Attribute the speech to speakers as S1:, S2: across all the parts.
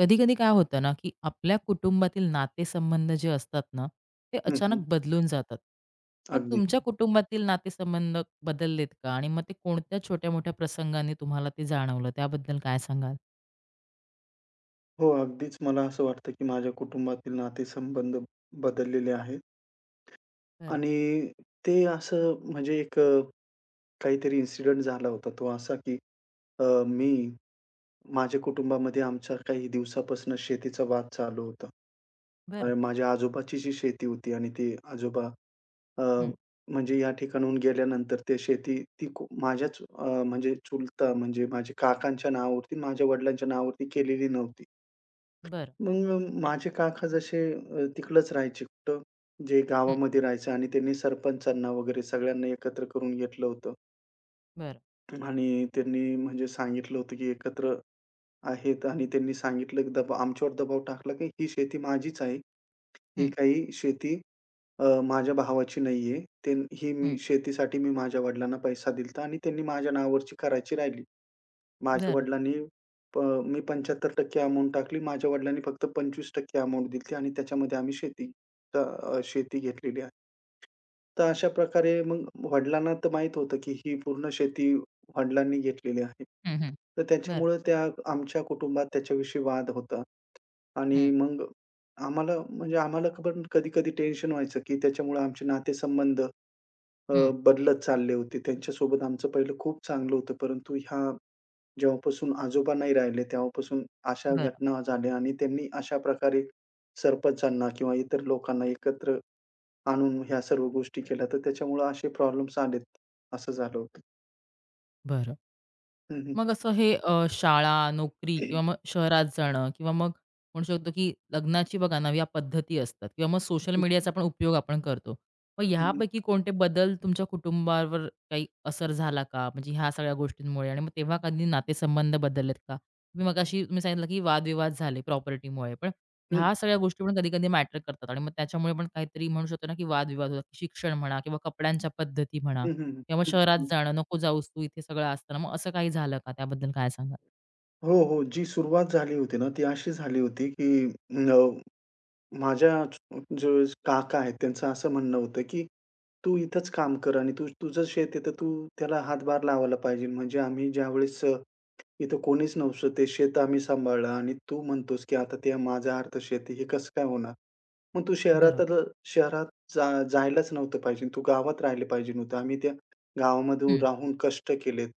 S1: कधी-कधी काय होतं ना, की आपल्या कुटुंबातील नातेसंबंध जे असतात ना, ते
S2: हं, हं.
S1: अचानक बदलून जातात. मग
S2: अगदी.
S1: तुमच्या कुटुंबातील नातेसंबंध बदललेत का? आणि मग ते कोणत्या छोट्या-मोठ्या प्रसंगाने तुम्हाला ते जाणवलं? त्याबद्दल काय सांगाल?
S2: हो, अगदीच मला असं वाटतं, की माझ्या कुटुंबातील नातेसंबंध बदललेले आहेत
S1: बरं,
S2: आणि ते असं म्हणजे एक काहीतरी इन्सिडेंट झाला होता तो असा, की अ, मी माझ्या कुटुंबामध्ये आमच्या काही दिवसापासून शेतीचा वाद चालू होता.
S1: बरं,
S2: माझ्या आजोबाची जी शेती होती आणि ते आजोबा अ,
S1: हं.
S2: म्हणजे या ठिकाणाहून गेल्यानंतर ते शेती ती माझ्याच म्हणजे चुलता म्हणजे माझ्या काकांच्या नावावरती, माझ्या वडिलांच्या नावावरती केलेली नव्हती.
S1: बरं,
S2: मग माझे काका जसे तिकडंच राहायचे. कुठं? जे
S1: हं,
S2: गावामध्ये राहायचं आणि त्यांनी सरपंचांना वगैरे सगळ्यांना एकत्र करून घेतलं होतं.
S1: बरं,
S2: आणि त्यांनी म्हणजे सांगितलं होतं, की एकत्र आहेत आणि त्यांनी सांगितलं, की दबाव आमच्यावर दबाव टाकला, की "ही शेती माझीच आहे. ही
S1: हं,
S2: काही शेती माझ्या भावाची नाहीये. ते ही
S1: हं,
S2: मी शेतीसाठी मी माझ्या वडिलांना पैसा दिला आणि त्यांनी माझ्या नावावरची करायची राहिली." माझ्या
S1: बरं,
S2: वडिलांनी प मी 75% अमाउंट टाकली. माझ्या वडिलांनी फक्त 25% अमाउंट दिली आणि त्याच्यामध्ये आम्ही अ, शेती घेतलेली आहे. तर अशा प्रकारे मग वडिलांना तर माहीत होतं, की ही पूर्ण शेती वडिलांनी घेतलेली आहे.
S1: हं, हं.
S2: तर
S1: बरं,
S2: त्याच्यामुळं त्या आमच्या कुटुंबात त्याच्याविषयी वाद होता. आणि
S1: हं,
S2: मग आम्हाला म्हणजे आम्हाला पण कधी-कधी टेन्शन व्हायचं, की त्याच्यामुळे आमचे नातेसंबंध अ,
S1: हं.
S2: बदलत चालले होते. त्यांच्यासोबत आमचं पहिलं खूप चांगलं होतं, परंतु जेव्हापासून आजोबा नाही राहिले, तेव्हापासून अशा
S1: बरं,
S2: घटना झाल्या आणि त्यांनी अशा प्रकारे सरपंचांना किंवा इतर लोकांना एकत्र आणून ह्या सर्व गोष्टी केल्या, तर त्याच्यामुळे असे प्रॉब्लेम्स आलेत, असं झालं होतं.
S1: बरं.
S2: हं, हं.
S1: मग असं हे शाळा, नोकरी किंवा मग शहरात जाणं किंवा मग म्हणू शकतो, की लग्नाची बघा नव्या पद्धती असतात किंवा मग सोशल
S2: हं, हं.
S1: मीडियाचा पण उपयोग आपण करतो. मग
S2: हं,
S1: ह्यापैकी कोणते बदल तुमच्या कुटुंबावर काही असर झाला का? म्हणजे ह्या सगळ्या गोष्टींमुळे आणि मग तेव्हा कधी नातेसंबंध बदललेत का? तुम्ही मगाशी सांगितलं, की वादविवाद झाले प्रॉपर्टीमुळे. पण
S2: हं.
S1: ह्या सगळ्या गोष्टी पण कधी-कधी मॅटर करतात आणि मग त्याच्यामुळे पण काहीतरी म्हणू शकतो ना, की वादविवाद होतात. शिक्षण म्हणा किंवा कपड्यांच्या पद्धती म्हणा.
S2: हं,
S1: किंवा मग शहरात
S2: हं.
S1: जाणं, "नको जाऊस तू, इथे सगळं असतं." मग असं काही झालं का? त्याबद्दल काय सांगाल?
S2: हो, हो. जी सुरुवात झाली होती ना, ती अशी झाली होती, की अ माझ्या जो काका आहेत, त्यांचं असं म्हणणं होतं, की "तू इथंच काम कर आणि तू तुझं शेत आहे, तर तू त्याला हातभार लावायला पाहिजे." म्हणजे आम्ही ज्यावेळेस इथं कोणीच नव्हतं, ते शेत आम्ही सांभाळलं आणि तू म्हणतोस, की आता ते माझं अर्ध शेत आहे, हे कसं काय होणार? मग तू
S1: बरोबर.
S2: शहरात जायलाच नव्हतं पाहिजे. तू गावात राहिले पाहिजे होतं. आम्ही त्या गावामध्ये
S1: हं.
S2: राहून कष्ट केलेत.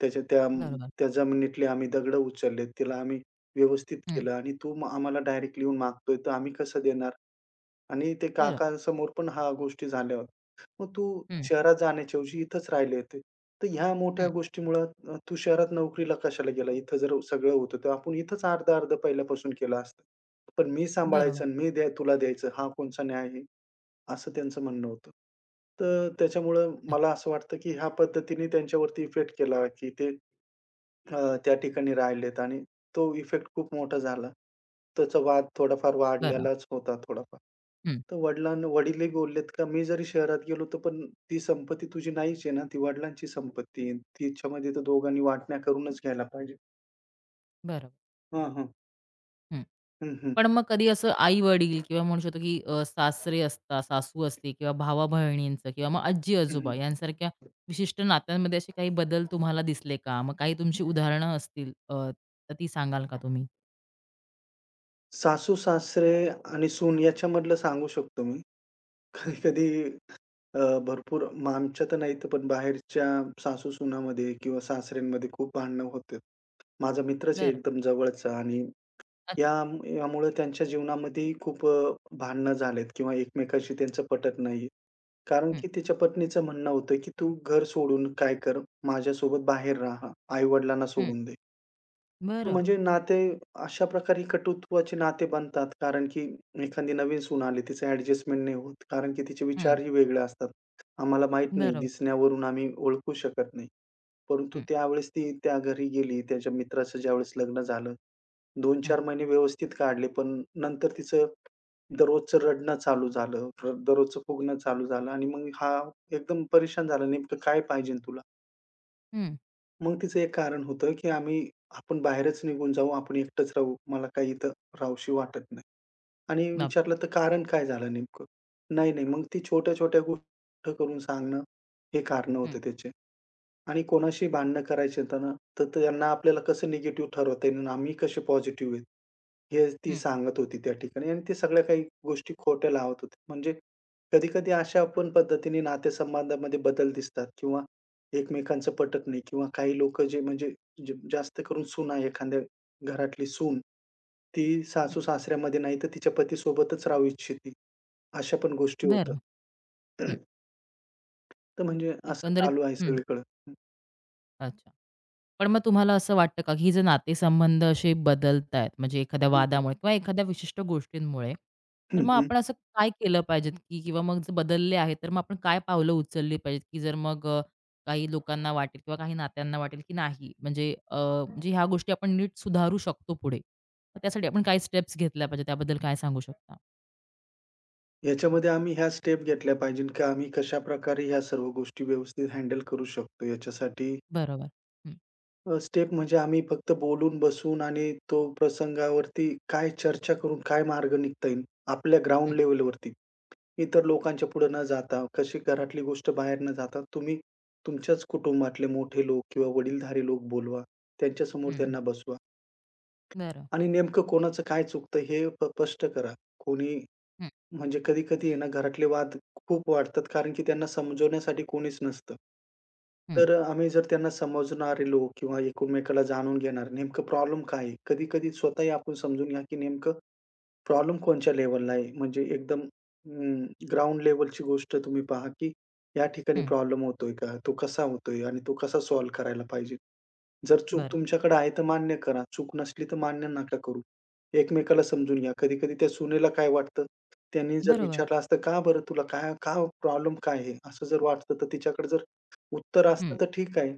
S2: त्याच्या त्या
S1: बरोबर.
S2: त्या जमिनीतले आम्ही दगडं उचललेत. तिला आम्ही व्यवस्थित
S1: हं.
S2: केलं आणि तो मग आम्हाला डायरेक्ट लिहून मागतोय, तर आम्ही कसं देणार? आणि ते
S1: बरं.
S2: काकांसमोर पण हा गोष्टी झाल्या होत्या. मग तू
S1: हं,
S2: शहरात जाण्याच्या ऐवजी इथंच राहिले होते. तर ह्या मोठ्या
S1: हं.
S2: गोष्टीमुळं तू शहरात नोकरीला कशाला गेला? इथं जर सगळं होतं, तर आपण इथंच अर्ध-अर्ध पहिल्यापासून केलं असतं. पण मी
S1: बरोबर.
S2: सांभाळायचं आणि मी द्या तुला द्यायचं, हा कोणचा न्याय आहे? असं त्यांचं म्हणणं होतं. तर त्याच्यामुळं
S1: अ,
S2: मला असं वाटतं, की ह्या पद्धतीने त्यांच्यावरती इफेक्ट केला, की ते त्या ठिकाणी राहिलेत आणि तो इफेक्ट खूप मोठा झाला. त्याचा वाद थोडाफार
S1: बरं.
S2: वाढलेलाच होता थोडाफार.
S1: हं.
S2: तर वडिलांना वडीलही बोललेत का "मी जरी शहरात गेलो तर पण ती संपत्ती तुझी नाहीच आहे ना, ती वडिलांची संपत्ती आहे. तिच्यामध्ये तर दोघांनी वाटण्या करूनच घ्यायला पाहिजे."
S1: बरोबर.
S2: हां, हां.
S1: हं.
S2: हं, हं.
S1: पण मग कधी असं आई-वडील किंवा म्हणू शकतो, की सासरे असतात, सासू असते किंवा भावा-बहिणींचं किंवा मग
S2: हं,
S1: आजी-आजोबा
S2: हं.
S1: यांसारख्या विशिष्ट नात्यांमध्ये असे काही बदल तुम्हाला दिसले का? मग काही तुमची उदाहरणं असतील तर ती सांगाल का तुम्ही?
S2: सासू-सासरे आणि सून याच्यामधलं सांगू शकतो मी.
S1: हं.
S2: कधी-कधी अ, भरपूर मग आमच्या तर नाहीत, पण बाहेरच्या सासू-सुनामध्ये किंवा सासऱ्यांमध्ये खूप भांडणं होतात. माझा मित्रच आहे
S1: बरं.
S2: एकदम जवळचा आणि या
S1: अच्छा.
S2: यामुळे त्यांच्या जीवनामध्येही खूप भांडणं झालेत किंवा एकमेकांशी त्यांचं पटत नाहीये. कारण
S1: हं,
S2: की त्याच्या पत्नीचं म्हणणं होतं, की "तू घर सोडून काय कर, माझ्यासोबत बाहेर राहा, आई-वडिलांना
S1: हं.
S2: सोडून दे."
S1: बरं.
S2: म्हणजे अशा प्रकारे कटुत्वाचे नाते बनतात. कारण की एखादी नवीन सून आली, तिचं ॲडजस्टमेंट नाही होत. कारण की तिचे
S1: हं.
S2: विचारही वेगळे असतात. आम्हाला माहीत नाही,
S1: बरोबर.
S2: दिसण्यावरून आम्ही ओळखू शकत नाही. परंतु
S1: हं,
S2: त्यावेळेस ती त्या घरी गेली, त्याच्या मित्राचं ज्यावेळेस लग्न झालं.
S1: हं.
S2: 2-4 महिने व्यवस्थित काढले, पण नंतर तिचं दररोजचं रडणं चालू झालं, दररोजचं फुगणं चालू झालं आणि मग हा एकदम परेशान झाला, "नेमकं काय पाहिजे तुला?"
S1: हं.
S2: मग तिचं एक कारण होतं, की आपण बाहेरच निघून जाऊ, आपण एकटंच राहू. मला काही इथं राहूशी वाटत नाही. आणि
S1: बापरे!
S2: विचारलं तर कारण काय झालं नेमकं? नाही, नाही. मग ती छोट्या-छोट्या गोष्टी करून सांगणं, हे कारणं होते
S1: हं,
S2: त्याचे. आणि कोणाशी भांडणं करायची आहेत ना, तर त्यांना आपल्याला कसं निगेटिव्ह ठरवता येईल आणि आम्ही कसे पॉझिटिव्ह आहेत, हे ती
S1: हं,
S2: सांगत होती त्या ठिकाणी आणि ते सगळ्या काही गोष्टी खोट्या लावत होती. म्हणजे कधी-कधी अशा पण पद्धतीने नातेसंबंधामध्ये बदल दिसतात किंवा एकमेकांचं पटत नाही किंवा काही लोकं जे जास्त करून सुना एखाद्या घरातली सून, ती
S1: हं.
S2: सासू-सासऱ्यामध्ये नाही तर तिच्या पतीसोबतच राहू इच्छिते. अशा पण गोष्टी होतात.
S1: बरं. हं.
S2: तर म्हणजे असं
S1: एकंदरीत
S2: चालू आहे
S1: हं,
S2: सगळीकडं.
S1: अच्छा. पण मग तुम्हाला असं वाटतं का, की हे जे नातेसंबंध असे बदलतायत, म्हणजे एखाद्या वादामुळे किंवा एखाद्या विशिष्ट गोष्टींमुळे, तर मग आपण असं काय केलं पाहिजेत, की किंवा मग जर बदलले आहेत, तर मग आपण काय पावलं उचलली पाहिजेत, की जर मग काही लोकांना वाटेल किंवा काही नात्यांना वाटेल, की नाही म्हणजे म्हणजे ह्या गोष्टी आपण नीट सुधारू शकतो पुढे. मग त्यासाठी आपण काय स्टेप्स घेतल्या पाहिजेत, त्याबद्दल काय सांगू शकता?
S2: याच्यामध्ये आम्ही ह्या स्टेप घेतल्या पाहिजे की आम्ही कशाप्रकारे ह्या सर्व गोष्टी व्यवस्थित हँडल करू शकतो. याच्यासाठी
S1: बरोबर. हं,
S2: स्टेप म्हणजे आम्ही फक्त बोलून, बसून आणि तो प्रसंगावरती काय चर्चा करून काय मार्ग निघता येईल आपल्या ग्राउंड
S1: हं,
S2: लेव्हलवरती. इतर लोकांच्या पुढे न जाता, कशी घरातली गोष्ट बाहेर न जाता तुम्ही तुमच्याच कुटुंबातले मोठे लोक किंवा वडीलधारी लोक बोलवा. त्यांच्यासमोर
S1: हं.
S2: त्यांना बसवा
S1: बरं.
S2: आणि नेमकं कोणाचं काय चुकतं हे स्पष्ट करा. कोणी
S1: हं,
S2: म्हणजे कधी-कधी आहे ना, घरातले वाद खूप वाढतात, कारण की त्यांना समजवण्यासाठी कोणीच नसतं.
S1: हं,
S2: तर आम्ही जर त्यांना समजणारे लोक किंवा एकमेकाला जाणून घेणार, नेमकं प्रॉब्लेम काय आहे? कधी-कधी स्वतःही आपण समजून घ्या, की नेमकं प्रॉब्लेम कोणच्या लेव्हलला आहे? म्हणजे एकदम ग्राउंड लेव्हलची गोष्ट तुम्ही पहा, की या ठिकाणी
S1: हं.
S2: प्रॉब्लेम होतोय का? तो कसा होतोय? आणि तो कसा सॉल्व्ह करायला पाहिजे? जर चूक
S1: बरं.
S2: तुमच्याकडे आहे तर मान्य करा. चूक नसली तर मान्य नका करू. एकमेकाला समजून घ्या. कधी-कधी त्या सुनेला काय वाटतं, त्यांनी जर
S1: बरोबर.
S2: विचारलं असतं, "का बरं तुला काय का प्रॉब्लेम काय आहे?" असं जर वाटतं तर तिच्याकडे जर उत्तर
S1: हं,
S2: असतं तर ठीक आहे.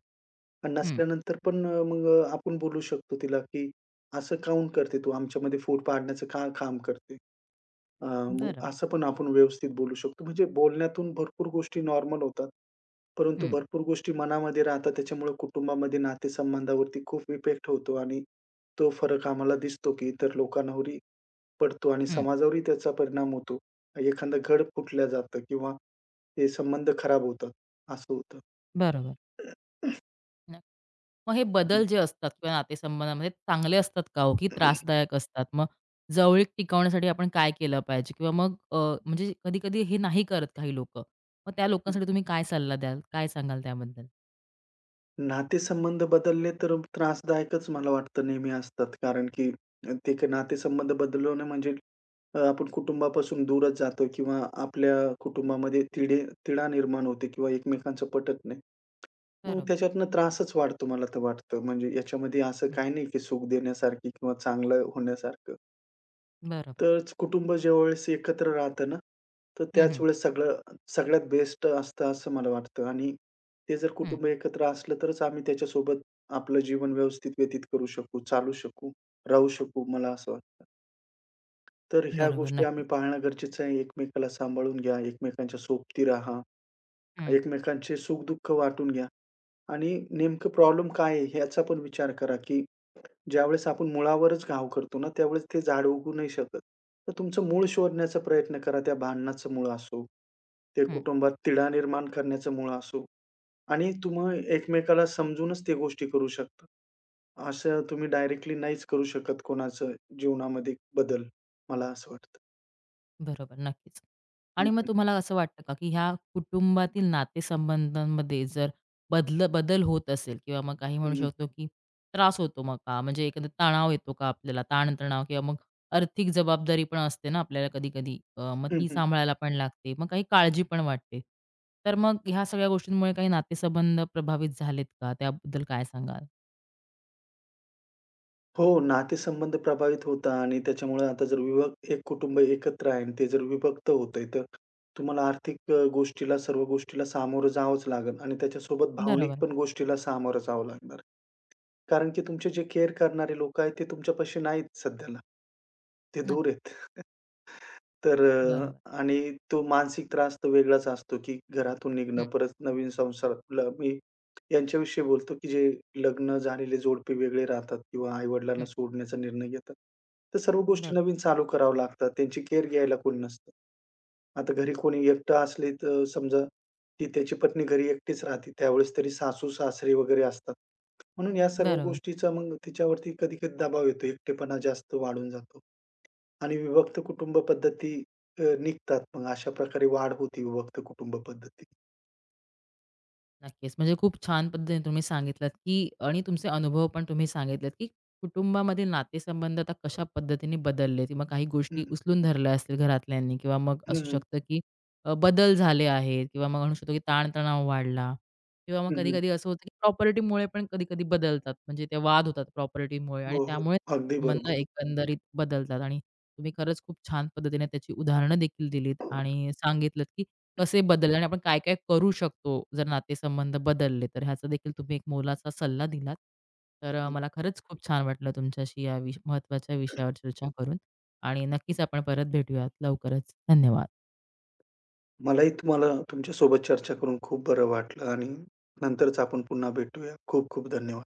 S2: पण
S1: हं.
S2: नसल्यानंतर पण मग आपण बोलू शकतो तिला, की "असं काहून करते तू? आमच्यामध्ये फूट पाडण्याचं का काम करते?" अ, मग
S1: बरं.
S2: असं पण आपण व्यवस्थित बोलू शकतो. म्हणजे बोलण्यातून भरपूर गोष्टी नॉर्मल होतात. परंतु
S1: हं,
S2: भरपूर गोष्टी मनामध्ये राहतात. त्याच्यामुळे कुटुंबामध्ये नातेसंबंधावरती खूप इफेक्ट होतो आणि तो फरक आम्हाला दिसतो, की इतर लोकांवरही पडतो आणि
S1: हं.
S2: समाजावरही त्याचा परिणाम होतो. एखादं घड फुटलं जातं किंवा ते संबंध खराब होतात. असं होतं.
S1: बरोबर. न मग हे बदल जे असतात किंवा नातेसंबंधामध्ये चांगले असतात का हो, की त्रासदायक असतात? मग जवळीक टिकवण्यासाठी आपण काय केलं पाहिजे? किंवा मग म्हणजे कधी-कधी हे नाही करत काही लोकं. मग त्या लोकांसाठी तुम्ही काय सल्ला द्याल? काय सांगाल त्याबद्दल?
S2: नातेसंबंध बदलले तर त्रासदायकच मला वाटतं नेहमी असतात. कारण की ते काही नातेसंबंध बदलवणं म्हणजे आपण कुटुंबापासून दूरच जातो किंवा आपल्या कुटुंबामध्ये तिढा निर्माण होते किंवा एकमेकांचं पटत नाही. मग
S1: बरोबर.
S2: त्याच्यातनं त्रासच वाढतो मला तर वाटतं. म्हणजे याच्यामध्ये असं
S1: हं.
S2: काही नाही की सुख देण्यासारखी किंवा चांगलं होण्यासारखं.
S1: बरोबर.
S2: तर कुटुंब ज्यावेळेस एकत्र राहतं ना, तर
S1: हं,
S2: त्याच
S1: हं.
S2: वेळेस सगळ्यात बेस्ट असतं असं मला वाटतं आणि ते जर
S1: हं.
S2: कुटुंब एकत्र असलं तरच आम्ही त्याच्यासोबत आपलं जीवन व्यवस्थित व्यतीत करू शकू, चालू शकू, राहू शकू मला असं वाटतं. तर ह्या
S1: बरोबर.
S2: गोष्टी आम्ही
S1: नक्कीच.
S2: पाहणं गरजेचं आहे. एकमेकाला सांभाळून घ्या, एकमेकांच्या सोबती राहा,
S1: हं,
S2: एकमेकांचे सुख-दुःख वाटून घ्या. आणि नेमकं प्रॉब्लेम काय आहे ह्याचा पण विचार करा, की ज्यावेळेस आपण मुळावरच घाव करतो ना, त्यावेळेस ते झाड उगू नाही शकत. तर तुमचं मूळ शोधण्याचा प्रयत्न करा. त्या भांडणाचं मूळ असो, ते
S1: हं.
S2: कुटुंबात तिढा निर्माण करण्याचं मूळ असो आणि तुम्ही एकमेकाला समजूनच त्या गोष्टी करू शकता. असं तुम्ही डायरेक्टली नाहीच करू शकत कोणाचं जीवनामध्ये बदल, मला असं वाटतं.
S1: बरोबर, नक्कीच.
S2: हं,
S1: आणि मग
S2: हं.
S1: तुम्हाला असं वाटतं का, की ह्या कुटुंबातील नातेसंबंधांमध्ये जर बदल बदल होत असेल किंवा मग काही म्हणू
S2: हं, हं.
S1: शकतो, की त्रास होतो मग का? म्हणजे एखादा तणाव येतो का आपल्याला? ताणतणाव किंवा मग आर्थिक जबाबदारी पण असते ना आपल्याला कधी-कधी. मग ती
S2: हं.
S1: सांभाळायला पण लागते. मग काही काळजी पण वाटते. तर मग ह्या सगळ्या गोष्टींमुळे काही नातेसंबंध प्रभावित झालेत का? त्याबद्दल काय सांगाल?
S2: हो, नातेसंबंध प्रभावित होतात आणि त्याच्यामुळे आता जर विभक्त एक कुटुंब एकत्र आहे आणि ते जर विभक्त होतंय, तर तुम्हाला आर्थिक गोष्टीला, सर्व गोष्टीला सामोरं जावंच लागेल आणि त्याच्यासोबत भावनिक
S1: बरोबर.
S2: पण गोष्टीला सामोरं जावं लागणार. कारण की तुमचे जे केअर करणारे लोकं आहेत, ते तुमच्यापाशी नाहीत सध्याला. ते दूर
S1: नक्कीच.
S2: आहेत. तर
S1: बरोबर.
S2: आणि तो मानसिक त्रास तर वेगळाच असतो, की घरातून निघणं,
S1: हं,
S2: परत नवीन संसार ल मी यांच्याविषयी बोलतो, की जे लग्न झालेले जोडपे वेगळे राहतात किंवा आई-वडिलांना
S1: हं.
S2: सोडण्याचा निर्णय घेतात. तर सर्व गोष्टी
S1: बरोबर.
S2: नवीन चालू कराव्या लागतात. त्यांची केअर घ्यायला कोणी नसतं. आता घरी कोणी एकटं असले तर समजा, ती त्याची पत्नी घरी एकटीच राहते. त्यावेळेस तरी सासू-सासरे वगैरे असतात. म्हणून या सर्व
S1: बरोबर.
S2: गोष्टीचा मग तिच्यावरती कधी-कधी दबाव येतो. एकटेपणा जास्त वाढून जातो. आणि विभक्त कुटुंब पद्धती निघतात. मग अशा प्रकारे वाढ होती विभक्त कुटुंब पद्धती.
S1: नक्कीच. म्हणजे खूप छान पद्धतीने तुम्ही सांगितलत, की आणि तुमचे अनुभव पण तुम्ही सांगितलेत, की कुटुंबामध्ये नातेसंबंध आता कशा पद्धतीने बदलले किंवा काही गोष्टी
S2: हं,
S1: उचलून धरल्या असतील घरातल्यांनी किंवा मग
S2: हं,
S1: असू
S2: हं.
S1: शकतं, की बदल झाले आहेत किंवा मग म्हणू शकतो, की ताणतणाव वाढला किंवा मग
S2: हं, हं.
S1: कधी-कधी असं होतं, की प्रॉपर्टीमुळे पण कधी-कधी बदलतात. म्हणजे ते वाद होतात प्रॉपर्टीमुळे आणि
S2: हो, हो.
S1: त्यामुळे
S2: अगदी
S1: संबंध
S2: बरोबर.
S1: एकंदरीत बदलतात आणि तुम्ही खरंच खूप छान पद्धतीने त्याची उदाहरणं देखील दिलीत आणि सांगितलत, कसे बदलले आणि आपण काय-काय करू शकतो, जर नातेसंबंध बदलले तर? ह्याचा देखील तुम्ही एक मोलाचा सल्ला दिलात. तर
S2: हं.
S1: मला खरंच खूप छान वाटलं तुमच्याशी या महत्त्वाच्या विषयावर चर्चा करून आणि नक्कीच आपण परत भेटूयात लवकरच. धन्यवाद.
S2: मलाही तुम्हाला तुमच्यासोबत चर्चा करून खूप बरं वाटलं आणि नंतरच आपण पुन्हा भेटूया. खूप खूप धन्यवाद.